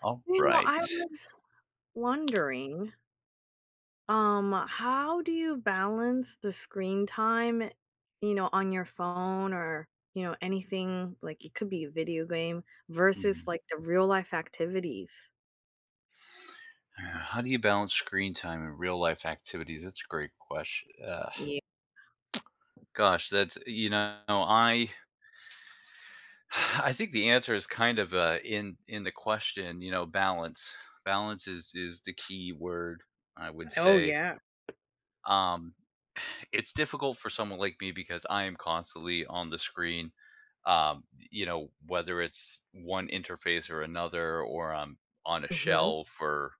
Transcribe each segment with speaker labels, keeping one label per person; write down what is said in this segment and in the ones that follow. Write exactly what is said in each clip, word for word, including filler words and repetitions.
Speaker 1: All
Speaker 2: You know,
Speaker 1: right.
Speaker 2: I was wondering, um, how do you balance the screen time, you know, on your phone or, you know, anything like it could be a video game versus
Speaker 1: Mhm.
Speaker 2: like the real life activities?
Speaker 1: Uh, How do you balance screen time and real life activities? That's a great question. Uh,
Speaker 2: Yeah.
Speaker 1: gosh, that's you know, I I think the answer is kind of uh, in in the question. You know, balance. Balance is is the key word, I would
Speaker 2: Oh
Speaker 1: say.
Speaker 2: yeah.
Speaker 1: Um, it's difficult for someone like me because I am constantly on the screen. Um, you know, whether it's one interface or another, or I'm on a
Speaker 2: Mm-hmm.
Speaker 1: shelf or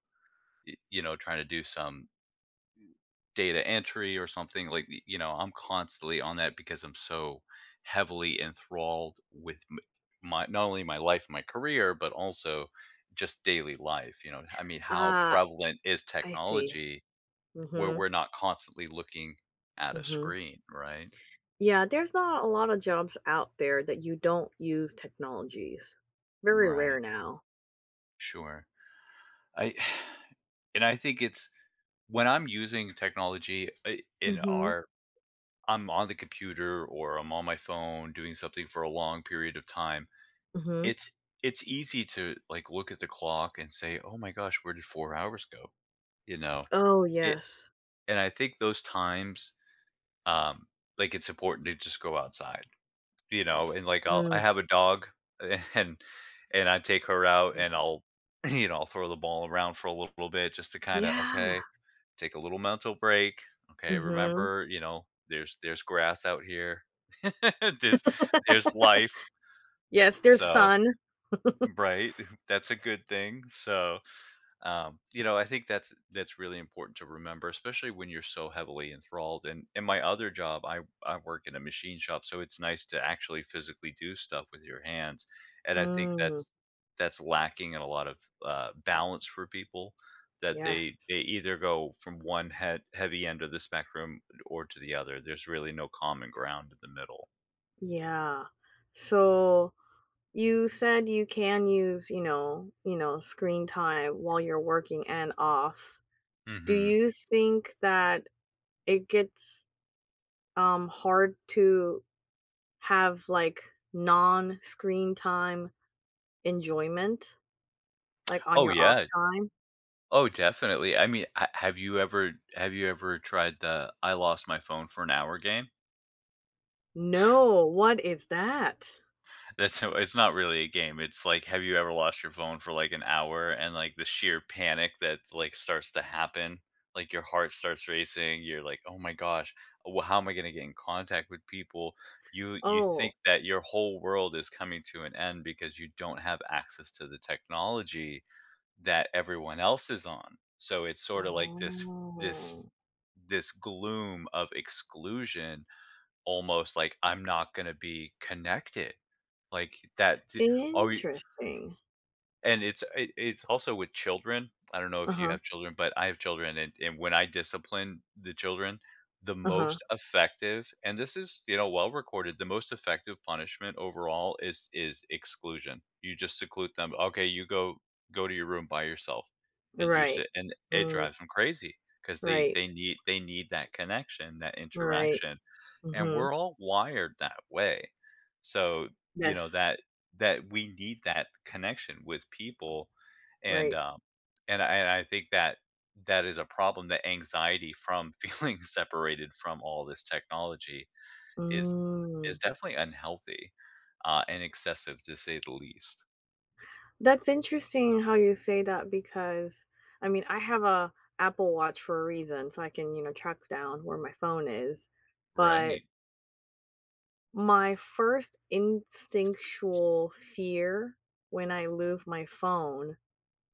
Speaker 1: y- you know trying to do some data entry or something. like you know I'm constantly on that because I'm so heavily enthralled with m- my, not only my life, my career, but also just daily life. You know, I mean, how
Speaker 2: Ah,
Speaker 1: prevalent is
Speaker 2: I see.
Speaker 1: technology where
Speaker 2: Mm-hmm.
Speaker 1: we're not constantly looking at a
Speaker 2: Mm-hmm.
Speaker 1: screen, right?
Speaker 2: Yeah, there's not a lot of jobs out there that you don't use technologies. Very
Speaker 1: Right.
Speaker 2: rare now.
Speaker 1: Sure. I And I think it's when I'm using technology, uh, in
Speaker 2: Mm-hmm.
Speaker 1: our I'm on the computer or I'm on my phone doing something for a long period of time.
Speaker 2: Mm-hmm.
Speaker 1: It's it's easy to, like, look at the clock and say, "Oh my gosh, where did four hours go?" You know?
Speaker 2: Oh
Speaker 1: It
Speaker 2: yes.
Speaker 1: And I think those times, um, like, it's important to just go outside, you know? And, like, I'll I
Speaker 2: Mm.
Speaker 1: have a dog, and and I take her out,
Speaker 2: Yeah.
Speaker 1: and I'll, you know, I'll throw the ball around for a little bit just to kinda,
Speaker 2: Yeah.
Speaker 1: "Okay, take a little mental break. Okay,
Speaker 2: Mhm.
Speaker 1: remember, you know, there's there's grass out here. There's there's life."
Speaker 2: Yes, there's
Speaker 1: So.
Speaker 2: sun.
Speaker 1: Right? That's a good thing. So um, you know, I think that's that's really important to remember, especially when you're so heavily enthralled. And in my other job, i i work in a machine shop, so it's nice to actually physically do stuff with your hands. And I think
Speaker 2: Mm,
Speaker 1: that's that's lacking in a lot of uh, balance for people, that they
Speaker 2: yes.
Speaker 1: they either go from one head heavy end of the spectrum or to the other. There's really no common ground in the middle.
Speaker 2: Yeah. So, you said you can use, you know you know, screen time while you're working and off. Do
Speaker 1: Hmm.
Speaker 2: you think that it gets, um, hard to have, like, non-screen time enjoyment, like, on
Speaker 1: Oh
Speaker 2: your off
Speaker 1: yeah.
Speaker 2: time?
Speaker 1: Oh, definitely. I mean, ha have you ever have you ever tried the "I lost my phone for an hour" game?
Speaker 2: No, what is that?
Speaker 1: That's how it's not really a game. It's like, have you ever lost your phone for, like, an hour and, like, the sheer panic that, like, starts to happen? Like, your heart starts racing, you're like, "Oh my gosh, well, how am I gonna get in contact with people?" You you think
Speaker 2: Oh.
Speaker 1: that your whole world is coming to an end because you don't have access to the technology that everyone else is on. So it's sort of like this this
Speaker 2: Oh.
Speaker 1: this gloom of exclusion, almost like I'm not going to be connected. Like that are
Speaker 2: Interesting.
Speaker 1: and it's it it's also with children. I don't know if you
Speaker 2: Uh-huh,
Speaker 1: have children, but I have children. And and when I discipline the children, the
Speaker 2: uh-huh,
Speaker 1: most effective, and this is, you know, well recorded, the most effective punishment overall is is exclusion. You just seclude them. "Okay, you go go to your room by yourself." And you
Speaker 2: right.
Speaker 1: sit, and it
Speaker 2: Mm,
Speaker 1: drives them crazy because they
Speaker 2: right,
Speaker 1: they need they need that connection, that
Speaker 2: right,
Speaker 1: interaction. And
Speaker 2: mhm,
Speaker 1: we're all wired that way. So, you know,
Speaker 2: yes,
Speaker 1: that that we need that connection with people. and
Speaker 2: right.
Speaker 1: um and I, and I think that that is a problem, that anxiety from feeling separated from all this technology is
Speaker 2: Mm,
Speaker 1: is definitely unhealthy, uh, and excessive, to say the least.
Speaker 2: that's interesting how you say that because, I mean, I have a Apple Watch for a reason, so I can, you know, track down where my phone is, but
Speaker 1: Right.
Speaker 2: my first instinctual fear when I lose my phone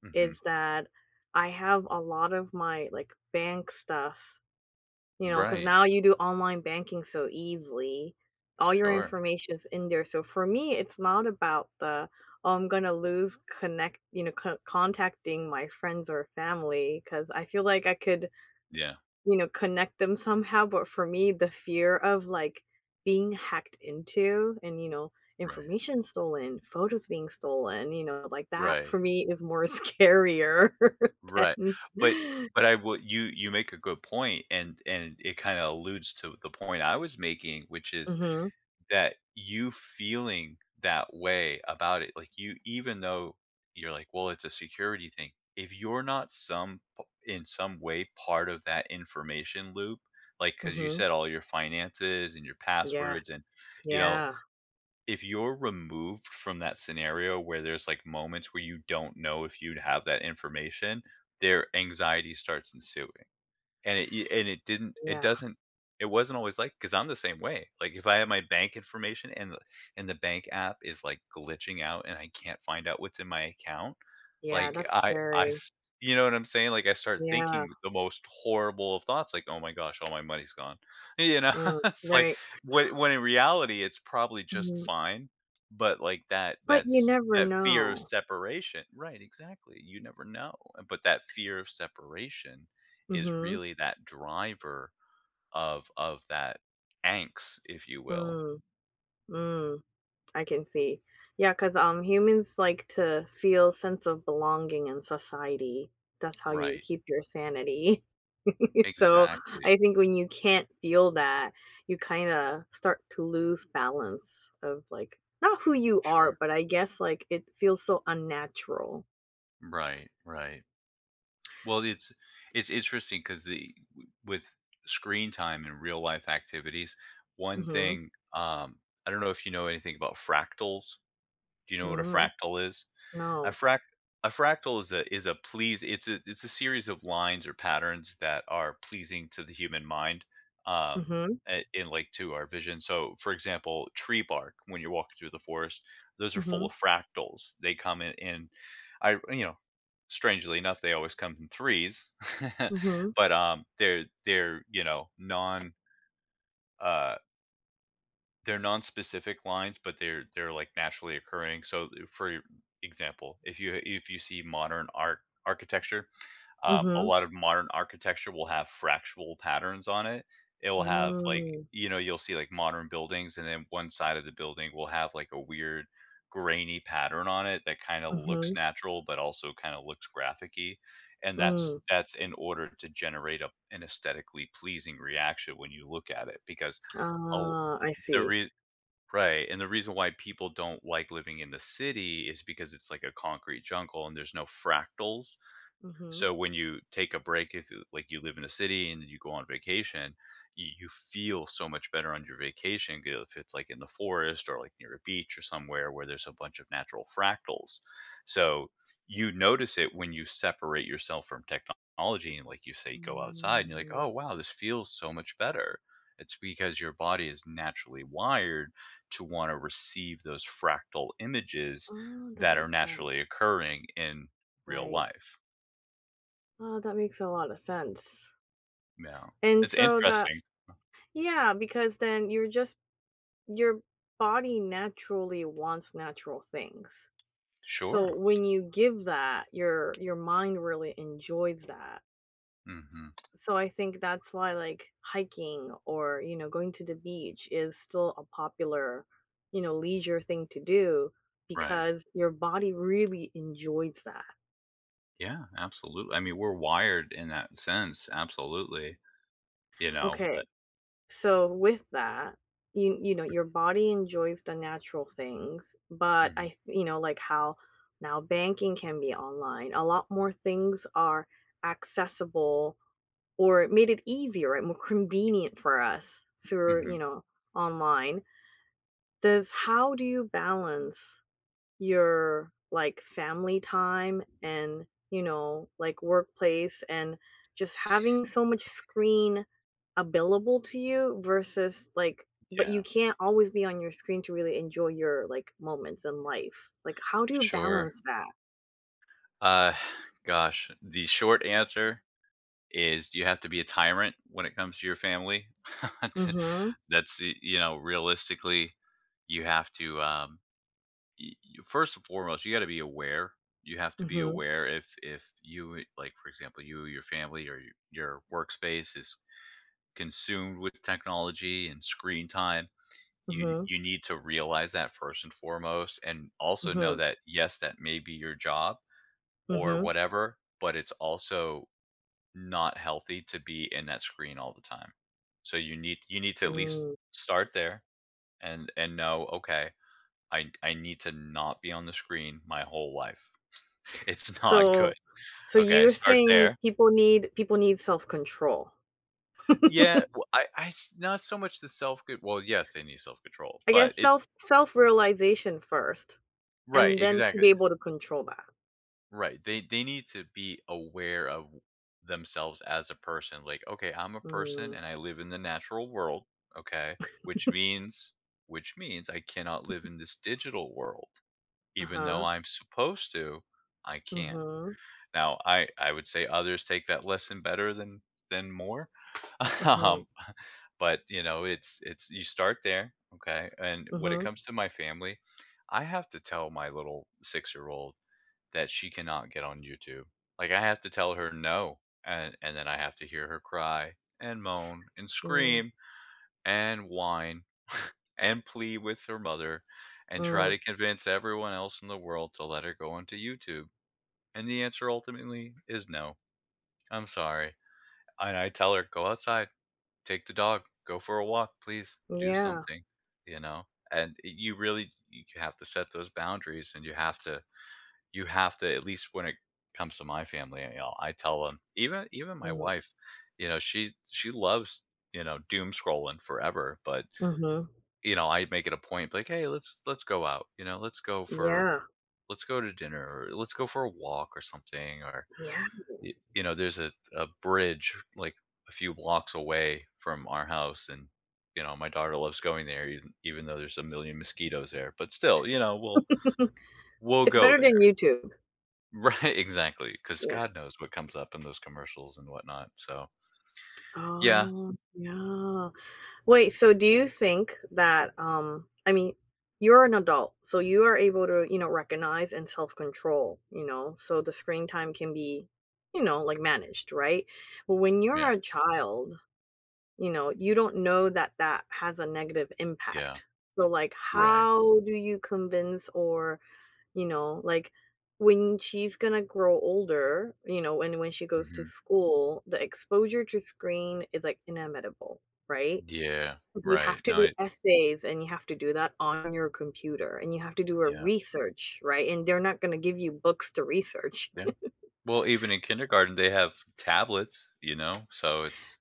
Speaker 1: Hmm.
Speaker 2: is that I have a lot of my, like, bank stuff. You know, because
Speaker 1: Right.
Speaker 2: now you do online banking so easily. All your
Speaker 1: Sure.
Speaker 2: information is in there. So for me, it's not about the, "Oh, I'm gonna lose connect you know, co contacting my friends or family because I feel like I could,
Speaker 1: Yeah.
Speaker 2: you know, connect them somehow," but for me, the fear of, like, being hacked into and, you know,
Speaker 1: Right.
Speaker 2: information stolen, photos being stolen, you know, like, that
Speaker 1: Right.
Speaker 2: for me is more scarier
Speaker 1: Right,
Speaker 2: than
Speaker 1: but but I will. You you make a good point, and and it kinda alludes to the point I was making, which is
Speaker 2: Mhm.
Speaker 1: that you feeling that way about it, like, you, even though you're like, "Well, it's a security thing," if you're not some p in some way part of that information loop, like, because you
Speaker 2: Mhm.
Speaker 1: said all your finances and your
Speaker 2: Yeah.
Speaker 1: passwords, and, you know,
Speaker 2: Yeah.
Speaker 1: if you're removed from that scenario where there's, like, moments where you don't know if you'd have that information, their anxiety starts ensuing. And it y and it didn't it
Speaker 2: Yeah.
Speaker 1: doesn't. It wasn't always like, because 'cause I'm the same way. Like, if I have my bank information and the and the bank app is, like, glitching out, and I can't find out what's in my account,
Speaker 2: Yeah,
Speaker 1: like,
Speaker 2: that's
Speaker 1: I I
Speaker 2: scary.
Speaker 1: s you know what I'm saying? Like, I start
Speaker 2: Yeah.
Speaker 1: thinking the most horrible of thoughts, like, "Oh my gosh, all my money's gone." You know?
Speaker 2: Mm,
Speaker 1: It's like,
Speaker 2: right.
Speaker 1: when when in reality, it's probably just
Speaker 2: Mhm.
Speaker 1: fine, but, like, that
Speaker 2: But you
Speaker 1: that's
Speaker 2: never
Speaker 1: that fear of
Speaker 2: know.
Speaker 1: separation. Right, exactly, you never know, but that fear of separation is
Speaker 2: Mhm.
Speaker 1: really that driver of of that angst, if you will.
Speaker 2: Mm, mm, I can see. Yeah, because um, humans like to feel sense of belonging in society. That's how you
Speaker 1: Right.
Speaker 2: keep your sanity. So, I
Speaker 1: Exactly.
Speaker 2: think when you can't feel that, you kinda start to lose balance of, like, not who you are,
Speaker 1: Sure.
Speaker 2: but I guess, like, it feels so unnatural.
Speaker 1: Right, right. Well, it's it's interesting because the w with screen time and real life activities, one
Speaker 2: Mhm.
Speaker 1: thing, um I don't know if you know anything about fractals. Do you know what a
Speaker 2: Mm.
Speaker 1: fractal is? A
Speaker 2: No.
Speaker 1: frac a fractal is a is a please it's a it's a series of lines or patterns that are pleasing to the human mind, um,
Speaker 2: Mhm.
Speaker 1: a and, like, to our vision. So, for example, tree bark, when you're walking through the forest, those are full of
Speaker 2: Mhm.
Speaker 1: fractals. They come in in I you know, strangely enough, they always come in threes,
Speaker 2: Mhm,
Speaker 1: but, um, they're they're, you know, non, uh they're non-specific lines, but they're they're, like, naturally occurring. So, uh, for example, if you if you see modern art architecture, um, a
Speaker 2: mhm,
Speaker 1: lot of modern architecture will have fractional patterns on it. It will have, like,
Speaker 2: mm,
Speaker 1: you know, you'll see, like, modern buildings, and then one side of the building will have, like, a weird grainy pattern on it that kinda looks
Speaker 2: mhm,
Speaker 1: natural, but also kinda looks graphic-y, and that's
Speaker 2: mm.
Speaker 1: that's in order to generate a an aesthetically pleasing reaction when you look at it because a l
Speaker 2: Ah, I
Speaker 1: the
Speaker 2: see.
Speaker 1: rea Right. And the reason why people don't like living in the city is because it's like a concrete jungle and there's no fractals.
Speaker 2: Mhm,
Speaker 1: So when you take a break, if you- like, you live in a city and you go on vacation, you, you feel so much better on your vacation g- if it's like in the forest, or like near a beach, or somewhere where there's a bunch of natural fractals. So you notice it when you separate yourself from technology and, like you say, go outside, and you're like,
Speaker 2: mm.
Speaker 1: oh wow, this feels so much better. It's because your body is naturally wired to want to receive those fractal images
Speaker 2: Oh, that
Speaker 1: that are
Speaker 2: makes
Speaker 1: naturally
Speaker 2: sense.
Speaker 1: occurring in real
Speaker 2: Right.
Speaker 1: life.
Speaker 2: Oh, that makes a lot of sense.
Speaker 1: Yeah.
Speaker 2: And
Speaker 1: It's
Speaker 2: so that
Speaker 1: interesting.
Speaker 2: yeah, because then you're just your body naturally wants natural things.
Speaker 1: Sure.
Speaker 2: So when you give that, your your mind really enjoys that.
Speaker 1: Mhm.
Speaker 2: So I think that's why like hiking or, you know, going to the beach is still a popular, you know, leisure thing to do
Speaker 1: Right.
Speaker 2: because your body really enjoys that.
Speaker 1: Yeah, absolutely. I mean, we're wired in that sense, absolutely, you know, uh
Speaker 2: Okay. So with that, you you know, your body enjoys the natural things, but I
Speaker 1: Mhm,
Speaker 2: th- you know, like how now banking can be online. A lot more things are accessible or it made it easier, right? More convenient for us through,
Speaker 1: mhm,
Speaker 2: you know, online. Does how do you balance your, like, family time and, you know, like, workplace and just having so much screen available to you versus, like, but you
Speaker 1: yeah,
Speaker 2: can't always be on your screen to really enjoy your, like, moments in life. Like, how do you
Speaker 1: sure.
Speaker 2: balance that?
Speaker 1: Uh, gosh, the short answer is you have to be a tyrant when it comes to your family.
Speaker 2: Mhm.
Speaker 1: That's, y you know, realistically, you have to, um y- you- first and foremost, you got to be aware. You have to be
Speaker 2: Mhm.
Speaker 1: aware if if you, like, for example, you, your family, or your, your workspace is consumed with technology and screen time. You
Speaker 2: Mhm.
Speaker 1: you need to realize that, first and foremost, and also know
Speaker 2: Mhm.
Speaker 1: that, yes, that may be your job or
Speaker 2: Mhm.
Speaker 1: whatever, but it's also not healthy to be in that screen all the time. So you need you need to at least
Speaker 2: Mm.
Speaker 1: start there, and and know, okay, I I need to not be on the screen my whole life. It's not good.
Speaker 2: So, so
Speaker 1: Okay,
Speaker 2: you're
Speaker 1: start
Speaker 2: saying
Speaker 1: there.
Speaker 2: people need people need self-control.
Speaker 1: Yeah, well, I I s- not so much the self good. Well, yes, they need self-control,
Speaker 2: I
Speaker 1: but
Speaker 2: guess
Speaker 1: it's
Speaker 2: self self-realization first,
Speaker 1: Right,
Speaker 2: and then to be
Speaker 1: exactly.
Speaker 2: able to control that.
Speaker 1: Right. They they need to be aware of themselves as a person. Like, "Okay, I'm a person
Speaker 2: Mm.
Speaker 1: and I live in the natural world, okay, which means which means I cannot live in this digital world. Even though
Speaker 2: Uh-huh.
Speaker 1: I'm supposed to, I can't."
Speaker 2: Mhm.
Speaker 1: Now, I I would say others take that lesson better than than more,
Speaker 2: Mhm.
Speaker 1: um, but, you know, it's it's you start there, okay? And when it
Speaker 2: Mhm.
Speaker 1: comes to my family, I have to tell my little six-year-old that she cannot get on YouTube. Like, I have to tell her no, and and then I have to hear her cry and moan and
Speaker 2: Mm.
Speaker 1: scream and whine and plead with her mother and try
Speaker 2: Mm.
Speaker 1: to convince everyone else in the world to let her go onto YouTube, and the answer ultimately is no. I'm sorry. And I tell her, "Go outside, take the dog, go for a walk, please, do
Speaker 2: Yeah.
Speaker 1: something," you know? And y you really, you have to set those boundaries, and you have to you have to at least when it comes to my family, you know, I tell them, even even my
Speaker 2: Mm.
Speaker 1: wife, you know, she she loves, you know, doom scrolling forever, but,
Speaker 2: Mhm.
Speaker 1: you know, I make it a point, like, "Hey, let's let's go out," you know, "Let's go for
Speaker 2: Yeah.
Speaker 1: let's go to dinner," or "Let's go for a walk," or something. Or
Speaker 2: Yeah.
Speaker 1: y- you know, there's a, a bridge like a few blocks away from our house, and you know, my daughter loves going there, even, even though there's a million mosquitoes there. But still, you know, we'll we'll
Speaker 2: It's
Speaker 1: go
Speaker 2: better than
Speaker 1: there.
Speaker 2: YouTube.
Speaker 1: Right, exactly, because
Speaker 2: Yes.
Speaker 1: god knows what comes up in those commercials and whatnot. So yeah,
Speaker 2: Oh, yeah. Wait, so do you think that um I mean, you're an adult, so you are able to, you know, recognize and self-control, you know, so the screen time can be, you know, like managed, right? But when you're
Speaker 1: yeah,
Speaker 2: a child, you know, you don't know that that has a negative
Speaker 1: yeah,
Speaker 2: impact. So like
Speaker 1: right.
Speaker 2: how do you convince or, you know, like when she's going to grow older, you know, and when she goes to
Speaker 1: Hmm.
Speaker 2: school, the exposure to screen is like inevitable, right?
Speaker 1: Yeah.
Speaker 2: You
Speaker 1: right
Speaker 2: have to
Speaker 1: no
Speaker 2: do
Speaker 1: it,
Speaker 2: essays, and you have to do that on your computer, and you have to do a
Speaker 1: Yeah.
Speaker 2: research, right? And they're not gonna give you books to research.
Speaker 1: Yeah, well, even in kindergarten they have tablets, you know, so it's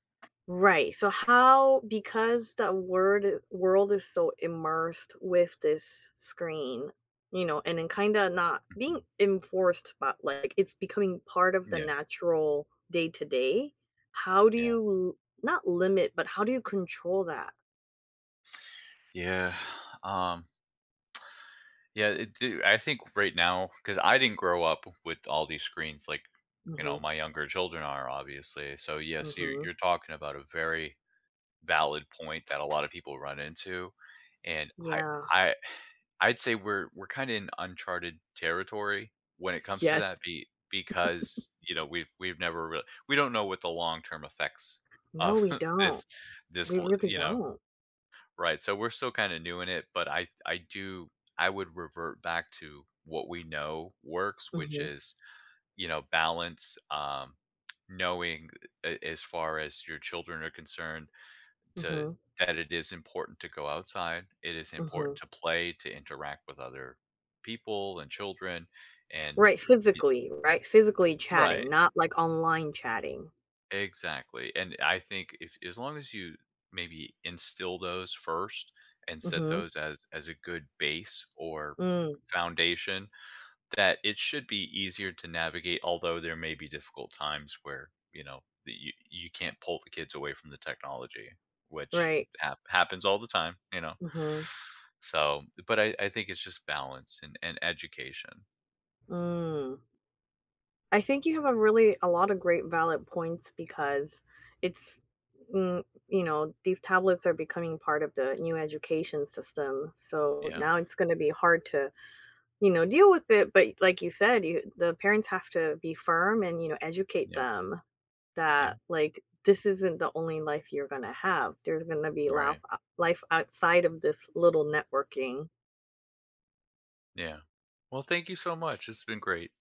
Speaker 2: Right, so how because the word eh, world is so immersed with this screen, you know, and then kinda not being
Speaker 1: Mhm.
Speaker 2: enforced, but, like, it's becoming part of the
Speaker 1: Yeah.
Speaker 2: natural day to day, how do
Speaker 1: Yeah.
Speaker 2: you not limit, but how do you control that?
Speaker 1: Yeah. um Yeah, it do I think, right now, because I didn't grow up with all these screens, like, you know,
Speaker 2: Mhm,
Speaker 1: my younger children are, obviously. So yes, you're
Speaker 2: mhm.
Speaker 1: you're talking about a very valid point that a lot of people run into. And I
Speaker 2: Yeah.
Speaker 1: I I'd say we're we're kind of in uncharted territory when it comes to
Speaker 2: Yes.
Speaker 1: that be because, you know, we've we've never really we don't know what the long-term effects
Speaker 2: No,
Speaker 1: of
Speaker 2: we don't.
Speaker 1: this this
Speaker 2: We
Speaker 1: l-
Speaker 2: really
Speaker 1: you know
Speaker 2: don't.
Speaker 1: Right, so we're still kinda new in it, but I I do I would revert back to what we know works, which
Speaker 2: Mhm,
Speaker 1: is, you know, balance, um, knowing, a as far as your children are concerned, to
Speaker 2: mhm,
Speaker 1: that it is important to go outside, it is
Speaker 2: mhm.
Speaker 1: important to play, to interact with other people and children, and
Speaker 2: Right,
Speaker 1: y
Speaker 2: physically, right? Physically chatting,
Speaker 1: Right.
Speaker 2: not like online chatting.
Speaker 1: Exactly, and I think if, as long as you maybe instill those first and set
Speaker 2: Mhm,
Speaker 1: those as as a good base or
Speaker 2: mm,
Speaker 1: foundation, that it should be easier to navigate, although there may be difficult times where, you know, that you you can't pull the kids away from the technology, which
Speaker 2: right.
Speaker 1: hap happens all the time, you know?
Speaker 2: Mhm,
Speaker 1: So, but I I think it's just balance and and education.
Speaker 2: mm. I think you have a really a lot of great valid points because it's mm, you know, these tablets are becoming part of the new education system. So
Speaker 1: Yeah,
Speaker 2: now it's going to be hard to, you know, deal with it. But like you said, you, the parents have to be firm and, you know, educate
Speaker 1: yeah,
Speaker 2: them.
Speaker 1: yeah,
Speaker 2: That, like, this isn't the only life you're gonna have. There's gonna be laugh
Speaker 1: right,
Speaker 2: uh, life outside of this little networking
Speaker 1: yeah. Well, thank you so much, it's been great.